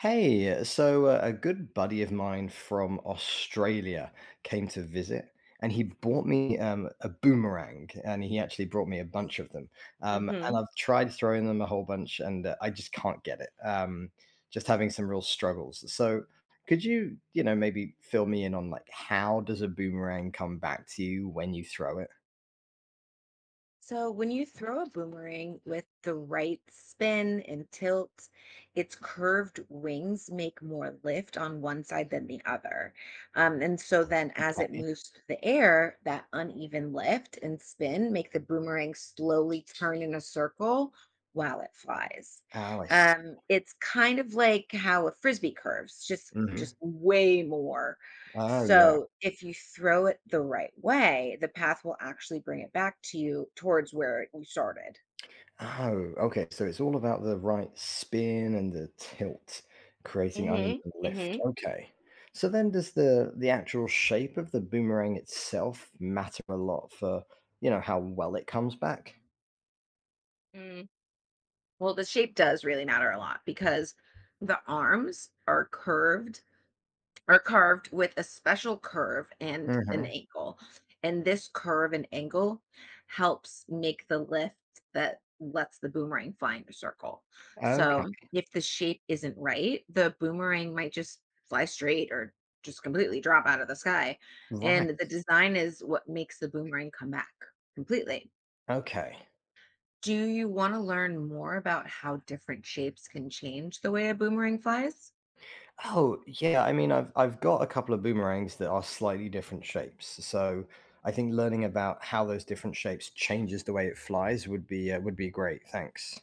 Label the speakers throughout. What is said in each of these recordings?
Speaker 1: Hey, a good buddy of mine from Australia came to visit, and he bought me a boomerang, and he actually brought me a bunch of them. And
Speaker 2: Hmm.
Speaker 1: I've tried throwing them a whole bunch, and I just can't get it. Just having some real struggles. So, could you, you know, maybe fill me in on like how does a boomerang come back to you when you throw it?
Speaker 2: So when you throw a boomerang with the right spin and tilt, its curved wings make more lift on one side than the other. And so then as it
Speaker 1: Okay.
Speaker 2: moves through the air, that uneven lift and spin make the boomerang slowly turn in a circle while it flies.
Speaker 1: Oh, I see.
Speaker 2: It's kind of like how a frisbee curves, just
Speaker 1: Mhm.
Speaker 2: just way more.
Speaker 1: Oh, yeah.
Speaker 2: So if you throw it the right way, the path will actually bring it back to you towards where you started.
Speaker 1: Oh, okay. So it's all about the right spin and the tilt, creating
Speaker 2: Mhm.
Speaker 1: uneven lift.
Speaker 2: Mhm.
Speaker 1: Okay. So then does the actual shape of the boomerang itself matter a lot for, you know, how well it comes back?
Speaker 2: Mm. Well, the shape does really matter a lot because the arms are curved are carved with a special curve and an
Speaker 1: Mm-hmm.
Speaker 2: angle. And this curve and angle helps make the lift that lets the boomerang fly in a circle.
Speaker 1: Okay.
Speaker 2: So if the shape isn't right, the boomerang might just fly straight or just completely drop out of the sky. And
Speaker 1: Right.
Speaker 2: the design is what makes the boomerang come back completely.
Speaker 1: Okay.
Speaker 2: Do you want to learn more about how different shapes can change the way a boomerang flies?
Speaker 1: Oh, yeah, I mean I've got a couple of boomerangs that are slightly different shapes. So I think learning about how those different shapes changes the way it flies would be great. Thanks.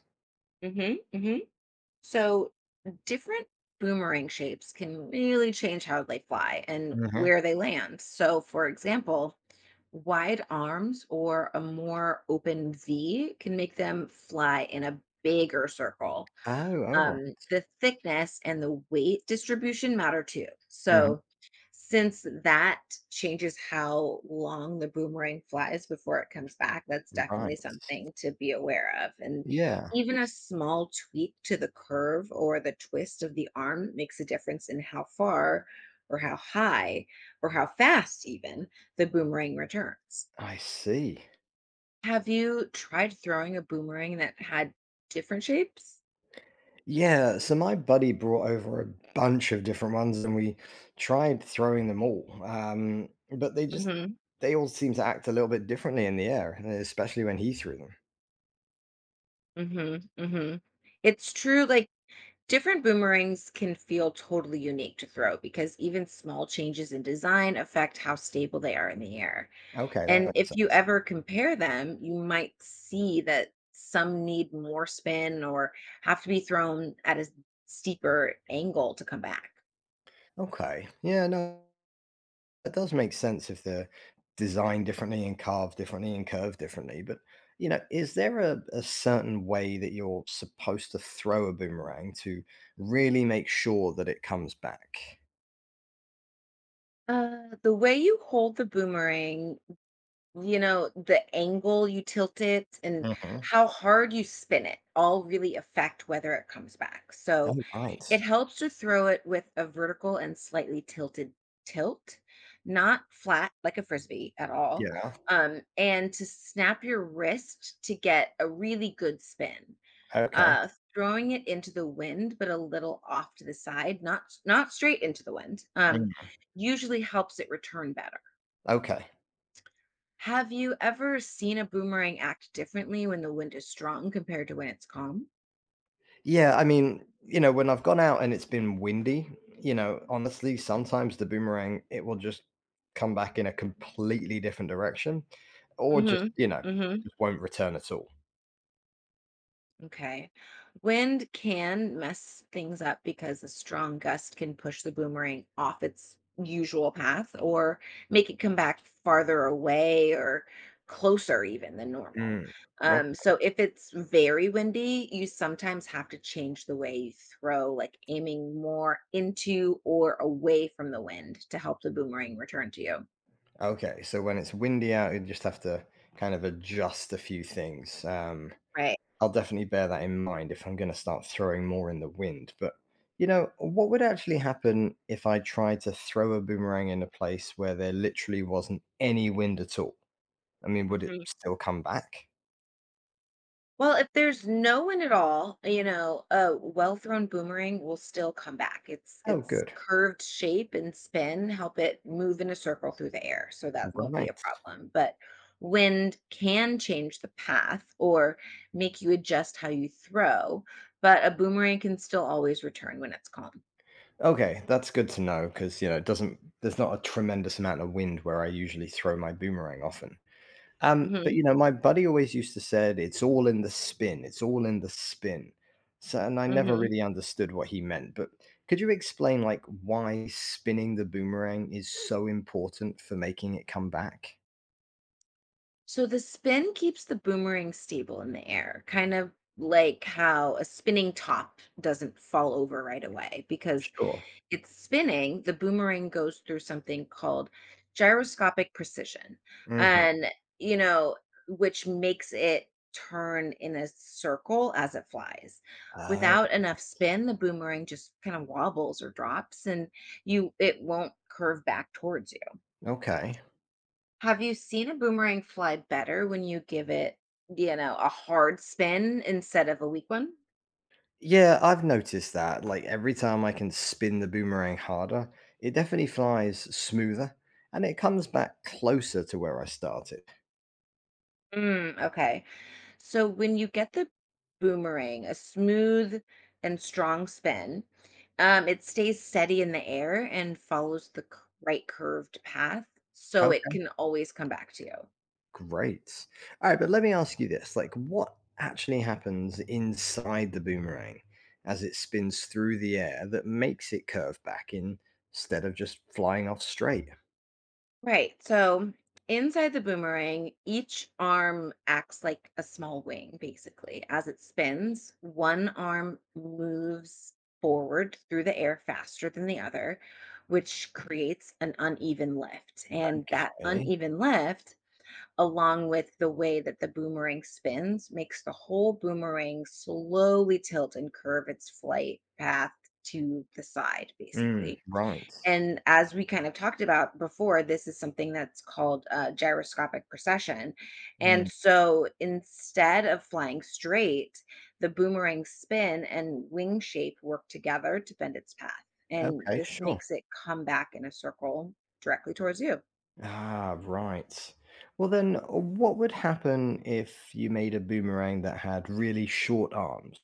Speaker 2: hmm hmm So, different boomerang shapes can really change how they fly and
Speaker 1: Mm-hmm.
Speaker 2: where they land. So, for example, wide arms or a more open V can make them fly in a bigger circle.
Speaker 1: Oh, all
Speaker 2: The thickness and the weight distribution matter too.
Speaker 1: right.
Speaker 2: So, since that changes how long the boomerang flies before it comes back, that's
Speaker 1: Right.
Speaker 2: definitely something to be aware of. And
Speaker 1: Yeah,
Speaker 2: even a small tweak to the curve or the twist of the arm makes a difference in how far or how high or how fast even the boomerang returns.
Speaker 1: I see.
Speaker 2: Have you tried throwing a boomerang that had different shapes?
Speaker 1: Yeah, so my buddy brought over a bunch of different ones and we tried throwing them all. But they just they all seem to act a little bit differently in the air, especially when he threw them.
Speaker 2: Mhm, mhm. It's true, like, different boomerangs can feel totally unique to throw because even small changes in design affect how stable they are in the air.
Speaker 1: Okay, that
Speaker 2: And
Speaker 1: makes
Speaker 2: if you
Speaker 1: sense.
Speaker 2: ever compare them, you might see that some need more spin or have to be thrown at a steeper angle to come back.
Speaker 1: Okay. Yeah, no, that does make sense if they're designed differently and carved differently and curved differently. But you know, is there a certain way that you're supposed to throw a boomerang to really make sure that it comes back?
Speaker 2: The way you hold the boomerang, you know, the angle you tilt it and
Speaker 1: Mhm.
Speaker 2: how hard you spin it all really affect whether it comes back. So
Speaker 1: Oh, right.
Speaker 2: it helps to throw it with a vertical and slightly tilted tilt, not flat like a frisbee at all.
Speaker 1: Yeah.
Speaker 2: And to snap your wrist to get a really good spin.
Speaker 1: Okay.
Speaker 2: Uh, throwing it into the wind, but a little off to the side, not straight into the wind,
Speaker 1: Mm.
Speaker 2: usually helps it return better.
Speaker 1: Okay.
Speaker 2: Have you ever seen a boomerang act differently when the wind is strong compared to when it's calm?
Speaker 1: Yeah, I mean, you know, when I've gone out and it's been windy, you know, honestly, sometimes the boomerang, it will just come back in a completely different direction or just, you know,
Speaker 2: Mm-hmm.
Speaker 1: it
Speaker 2: Mm-hmm.
Speaker 1: just won't return at all.
Speaker 2: Okay. Wind can mess things up because a strong gust can push the boomerang off its usual path or make it come back farther away or closer even than normal.
Speaker 1: Mm.
Speaker 2: Um,
Speaker 1: Okay.
Speaker 2: so if it's very windy, you sometimes have to change the way you throw, like aiming more into or away from the wind to help the boomerang return to you.
Speaker 1: Okay, so when it's windy out, you just have to kind of adjust a few things.
Speaker 2: Right.
Speaker 1: I'll definitely bear that in mind if I'm going to start throwing more in the wind. But, you know, what would actually happen if I tried to throw a boomerang in a place where there literally wasn't any wind at all? I mean, would it still come back?
Speaker 2: Well, if there's no one at all, you know, a well-thrown boomerang will still come back. It's
Speaker 1: Oh,
Speaker 2: its
Speaker 1: good.
Speaker 2: curved shape and spin help it move in a circle through the air, so that won't be a
Speaker 1: Right.
Speaker 2: problem. But wind can change the path or make you adjust how you throw, but a boomerang can still always return when it's calm.
Speaker 1: Okay, that's good to know because, you know, it doesn't, there's not a tremendous amount of wind where I usually throw my boomerang often. But
Speaker 2: Mhm.
Speaker 1: you know, my buddy always used to say, "It's all in the spin. It's all in the spin." So, and I never
Speaker 2: Mhm.
Speaker 1: really understood what he meant. But could you explain, like, why spinning the boomerang is so important for making it come back?
Speaker 2: So the spin keeps the boomerang stable in the air, kind of like how a spinning top doesn't fall over right away because
Speaker 1: Sure.
Speaker 2: it's spinning. The boomerang goes through something called gyroscopic precision.
Speaker 1: hmm
Speaker 2: And, you know, which makes it turn in a circle as it flies.
Speaker 1: Oh,
Speaker 2: Without enough spin, the boomerang just kind of wobbles or drops and you it won't curve back towards you.
Speaker 1: okay.
Speaker 2: Have you seen a boomerang fly better when you give it, you know, a hard spin instead of a weak one?
Speaker 1: Yeah, I've noticed that. Like every time I can spin the boomerang harder, it definitely flies smoother and it comes back closer to where I started.
Speaker 2: Mm, okay. So when you get the boomerang a smooth and strong spin, it stays steady in the air and follows the right curved path. So it can always come back to you.
Speaker 1: Great. All right, but let me ask you this. Like, what actually happens inside the boomerang as it spins through the air that makes it curve back in instead of just flying off straight?
Speaker 2: Right. So inside the boomerang, each arm acts like a small wing, basically. As it spins, one arm moves forward through the air faster than the other, which creates an uneven lift. And that
Speaker 1: Okay.
Speaker 2: uneven lift, along with the way that the boomerang spins, makes the whole boomerang slowly tilt and curve its flight path to the side,
Speaker 1: Mm,
Speaker 2: basically.
Speaker 1: right.
Speaker 2: And as we kind of talked about before, this is something that's called gyroscopic precession. And
Speaker 1: Mm,
Speaker 2: so instead of flying straight, the boomerang spin and wing shape work together to bend its path. And
Speaker 1: okay,
Speaker 2: this
Speaker 1: sure.
Speaker 2: makes it come back in a circle directly towards you.
Speaker 1: Ah, right. Well, then, what would happen if you made a boomerang that had really short arms,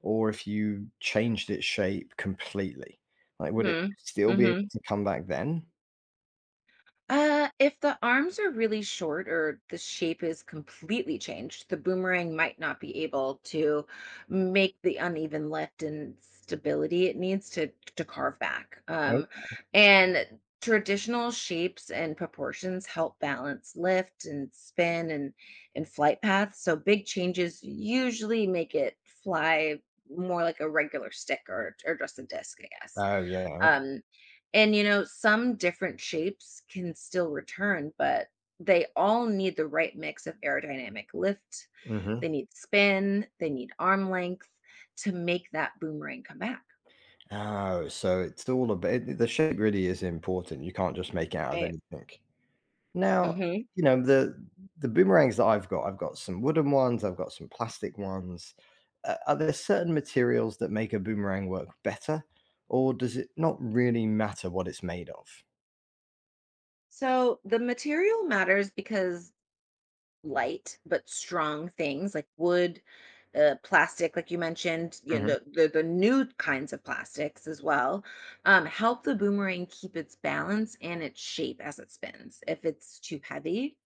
Speaker 1: or if you changed its shape completely? Like, would it
Speaker 2: hmm
Speaker 1: still be able
Speaker 2: hmm
Speaker 1: to come back then?
Speaker 2: if the arms are really short or the shape is completely changed, the boomerang might not be able to make the uneven lift and stability it needs to carve back. And traditional shapes and proportions help balance lift and spin and flight paths. So big changes usually make it fly more like a regular stick or just a disc, I guess.
Speaker 1: Oh, yeah, okay.
Speaker 2: Um, and you know, some different shapes can still return, but they all need the right mix of aerodynamic lift.
Speaker 1: Mhm.
Speaker 2: They need spin, they need arm length to make that boomerang come back.
Speaker 1: Oh, so it's all about it the shape really is important, you can't just make it out of
Speaker 2: Right.
Speaker 1: anything. Now,
Speaker 2: hmm
Speaker 1: you know, the boomerangs that I've got some wooden ones, I've got some plastic ones. A Are there certain materials that make a boomerang work better, or does it not really matter what it's made of?
Speaker 2: So the material matters because light but strong things like wood, plastic, like you mentioned, you
Speaker 1: Mhm.
Speaker 2: know, the new kinds of plastics as well, help the boomerang keep its balance and its shape as it spins. If it's too heavy,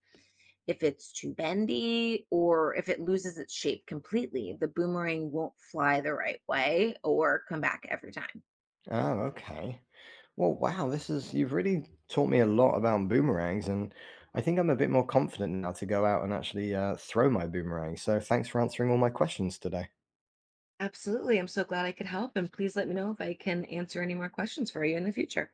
Speaker 2: if it's too bendy, or if it loses its shape completely, the boomerang won't fly the right way or come back every time.
Speaker 1: Oh, okay. Well, wow, this is you've really taught me a lot about boomerangs, and I think I'm a bit more confident now to go out and actually throw my boomerang. So thanks for answering all my questions today.
Speaker 2: Absolutely. I'm so glad I could help. And please let me know if I can answer any more questions for you in the future.